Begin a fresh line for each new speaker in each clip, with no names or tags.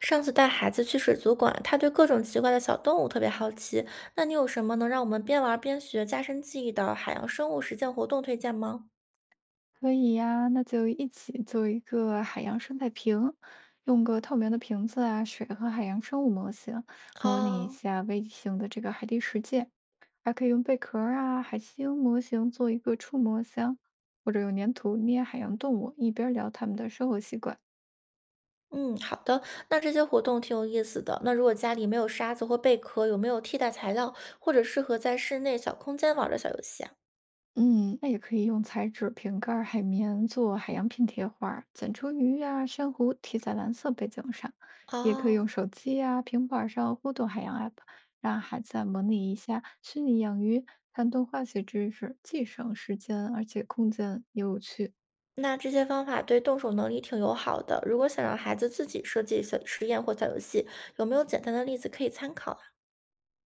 上次带孩子去水族馆，他对各种奇怪的小动物特别好奇。那你有什么能让我们边玩儿边学、加深记忆的海洋生物实践活动推荐吗？
可以呀，那就一起做一个海洋生态瓶，用个透明的瓶子啊，水和海洋生物模型，模拟一
哦，
下微型的这个海底世界，还可以用贝壳儿啊、海星模型做一个触摸箱，或者用粘土捏海洋动物，一边儿聊他们的生活习惯。
嗯，好的。那这些活动挺有意思的。那如果家里没有沙子或贝壳，有没有替代材料或者适合在室内小空间玩儿的小游戏啊？
嗯，那也可以用彩纸、瓶盖儿、海绵做海洋拼贴画儿，剪出鱼呀、珊瑚贴在蓝色背景上，也可以用
哦，
手机呀、平板儿上互动海洋 app，让孩子啊模拟一下虚拟养鱼，看动画学知识，既省时间，而且空间也有趣。
那这些方法对动手能力挺友好的。如果想让孩子自己设计小实验或小游戏，有没有简单的例子可以参考啊？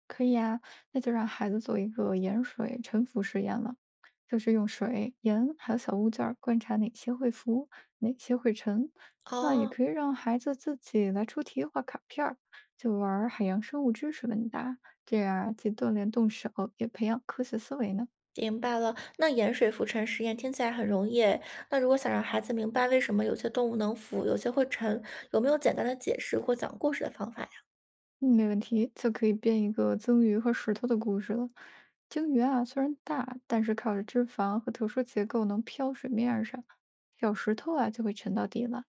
可以啊，那就让孩子做一个盐水沉浮实验了，就是用水、盐还有小物件儿观察哪些会浮，哪些会沉。那也
哦，
可以让孩子自己来出题、画卡片儿，就玩儿海洋生物知识问答，这样啊既锻炼动手，也培养科学思维呢。
明白了，那盐水浮沉实验听起来很容易诶。那如果想让孩子明白为什么有些动物能浮，有些会沉，有没有简单的解释或讲故事的方法呀？
嗯，没问题，就可以编一个鲸鱼和石头的故事了。鲸鱼啊，虽然大，但是靠着脂肪和特殊结构能漂水面儿上，小石头啊就会沉到底了。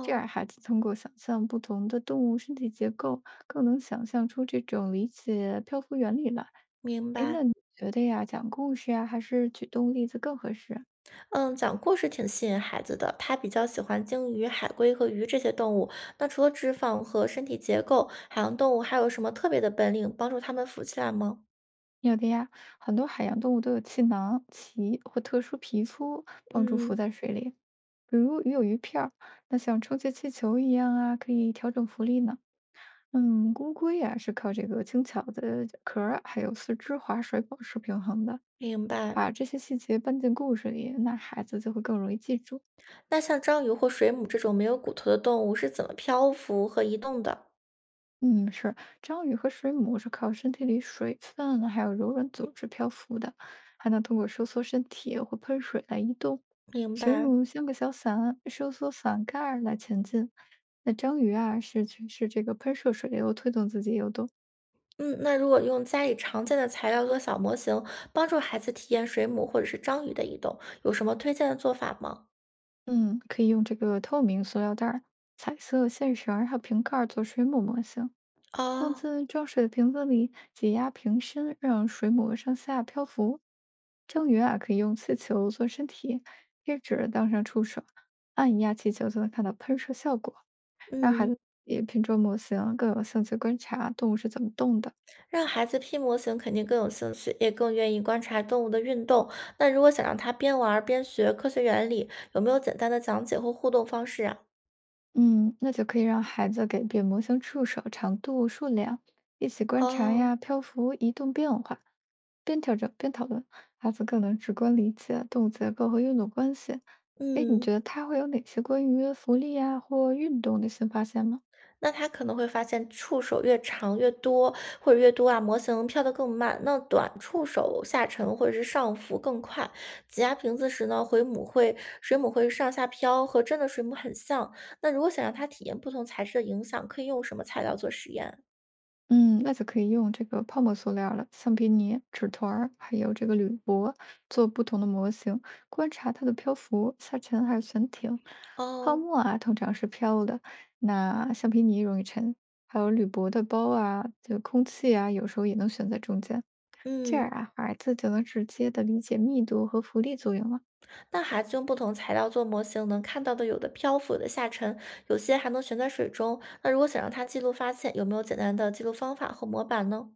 这样，孩子通过想象不同的动物身体结构，更能想象出这种理解漂浮原理来。
明
哎，
白。
那你觉得呀，讲故事呀，还是举动物例子更合适？
嗯，讲故事挺吸引孩子的，他比较喜欢鲸鱼、海龟和鱼这些动物。那除了脂肪和身体结构，海洋动物还有什么特别的本领帮助它们浮起来吗？
有的呀，很多海洋动物都有气囊、鳍或特殊皮肤，帮助浮
嗯，
在水里。比如鱼有鱼票儿，那像充气气球一样啊，可以调整浮力呢。嗯，乌龟呀、是靠这个轻巧的壳儿啊还有四肢划水保持平衡的。
明白。
把这些细节搬进故事里，那孩子就会更容易记住。
那像章鱼或水母这种没有骨头的动物是怎么漂浮和移动的？
嗯，是，章鱼和水母是靠身体里水分还有柔软组织漂浮的，还能通过收缩身体或喷水来移动。
明
水
白。
母像个小伞，收缩伞盖儿来前进。那章鱼啊，是去是这个喷射水流推动自己游动。
嗯，那如果用家里常见的材料做小模型，帮助孩子体验水母或者是章鱼的移动，有什么推荐的做法吗？
嗯，可以用这个透明塑料袋儿、彩色线绳儿还有瓶盖儿做水母模型。放
哦，
在装水的瓶子里，挤压瓶身，让水母上下漂浮。蒸鱼啊，可以用气球做身体，贴纸当上触手，按一压气球就能看到喷射效果，让孩
嗯，
子也拼装模型更有兴趣观察动物是怎么动的。
让孩子拼模型肯定更有兴趣，也更愿意观察动物的运动。那如果想让他边玩儿边学科学原理，有没有简单的讲解或互动方式啊？
嗯，那就可以让孩子改变模型触手、长度、数量，一起观察
哦，
呀，漂浮、移动变化，边调整边讨论，孩子更能直观理解动物结构和运动关系。哎，你
嗯。
觉得他会有哪些关于浮力呀或运动的新发现吗？
那他可能会发现触手越长越多，或者越多啊，模型飘得更慢。那短触手下沉或者是上浮更快。挤压瓶子时呢，回母会水母会上下飘，和真的水母很像。那如果想让它体验不同材质的影响，可以用什么材料做实验？
嗯，那就可以用这个泡沫塑料了，橡皮泥、纸团儿，还有这个铝箔做不同的模型，观察它的漂浮、下沉还有悬停。泡
哦，
沫啊，通常是飘的，那橡皮泥容易沉，还有铝箔的包啊，就空气啊，有时候也能悬在中间。这样
嗯，
啊，孩子就能直接的理解密度和浮力作用了。
那孩子用不同材料做模型，能看到的有的漂浮，有的下沉，有些还能悬在水中。那如果想让他记录发现，有没有简单的记录方法和模板呢？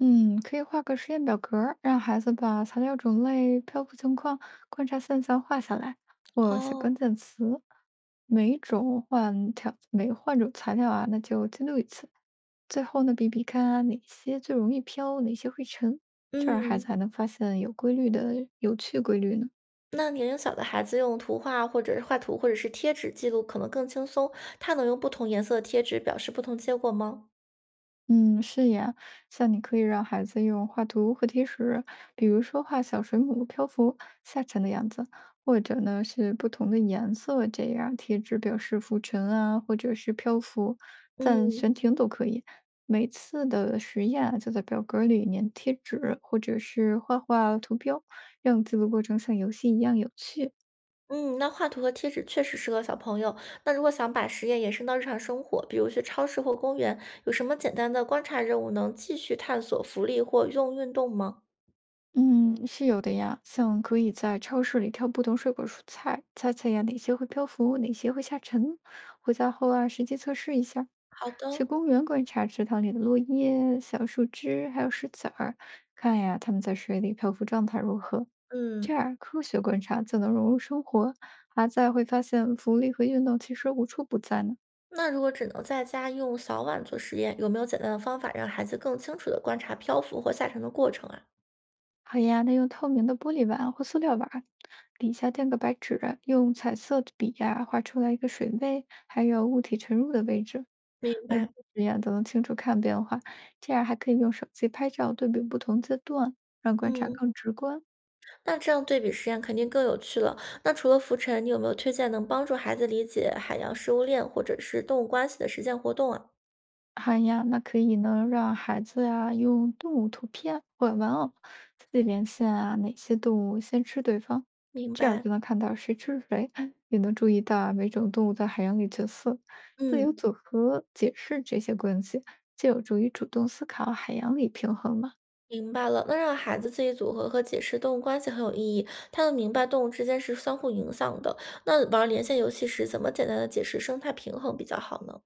嗯，可以画个实验表格儿，让孩子把材料种类、漂浮情况、观察现象画下来，或写关
哦，
键词。每种换条，每换种材料啊，那就记录一次。最后呢，比比看哪些最容易飘，哪些会沉，这样孩子
嗯。
还能发现有规律的有趣规律呢。
那年龄小的孩子用图画或者是画图或者是贴纸记录可能更轻松，他能用不同颜色的贴纸表示不同结果吗？
嗯，是呀，像你可以让孩子用画图和贴纸，比如说画小水母漂浮下沉的样子，或者呢是不同的颜色，这样贴纸表示浮沉啊，或者是漂浮，暂
嗯
悬停都可以。每次的实验啊，就在表格里粘贴纸，或者是画画图标，让记录过程像游戏一样有趣。
嗯，那画图和贴纸确实适合小朋友。那如果想把实验延伸到日常生活，比如去超市或公园，有什么简单的观察任务能继续探索浮力或用运动吗？
嗯，是有的呀，像可以在超市里挑不同水果蔬菜，猜猜呀哪些会漂浮，哪些会下沉。回家后啊，实际测试一下。
好
去
的，
公园观察池塘里的落叶、小树枝，还有石子儿，看呀它们在水里漂浮状态如何。这
嗯，
样科学观察就能融入生活，孩子还在会发现浮力和运动其实无处不在呢。
那如果只能在家用小碗做实验，有没有简单的方法让孩子更清楚地观察漂浮或下沉的过程啊？
好呀，那用透明的玻璃碗或塑料碗儿，底下垫个白纸，用彩色的笔呀、画出来一个水位，还有物体沉入的位置，
明
每次
白，
实验都能清楚看变化。这样还可以用手机拍照对比不同阶段，让观察
嗯。
更直观。
那这样对比实验肯定更有趣了。那除了浮沉，你有没有推荐能帮助孩子理解海洋食物链或者是动物关系的实践活动啊？
好呀，那可以呢，让孩子呀、用动物图片或玩偶自己连线啊，哪些动物先吃对方，
明
这样
白，
就能看到谁吃谁，也能注意到啊每种动物在海洋里角色，自由
嗯，
组合解释这些关系，就有助于主动思考海洋里平衡嘛。
明白了。那让孩子自己组合和解释动物关系很有意义，他能明白动物之间是相互影响的。那玩连线游戏时，怎么简单的解释生态平衡比较好呢？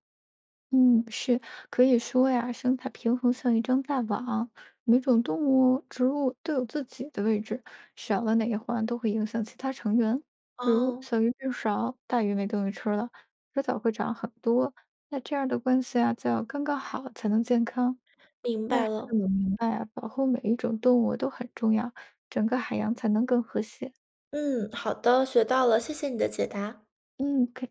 嗯，是，可以说呀，生态平衡像一张大网，每种动物、植物都有自己的位置，少了哪一环都会影响其他成员。比如
哦，
小鱼变少，大鱼没东西吃了，迟早会长很多。那这样的关系啊，就要刚刚好才能健康。
明
让
白
孩子
了。
们明白啊，保护每一种动物都很重要，整个海洋才能更和谐。
嗯，好的，学到了，谢谢你的解答。
嗯，可以。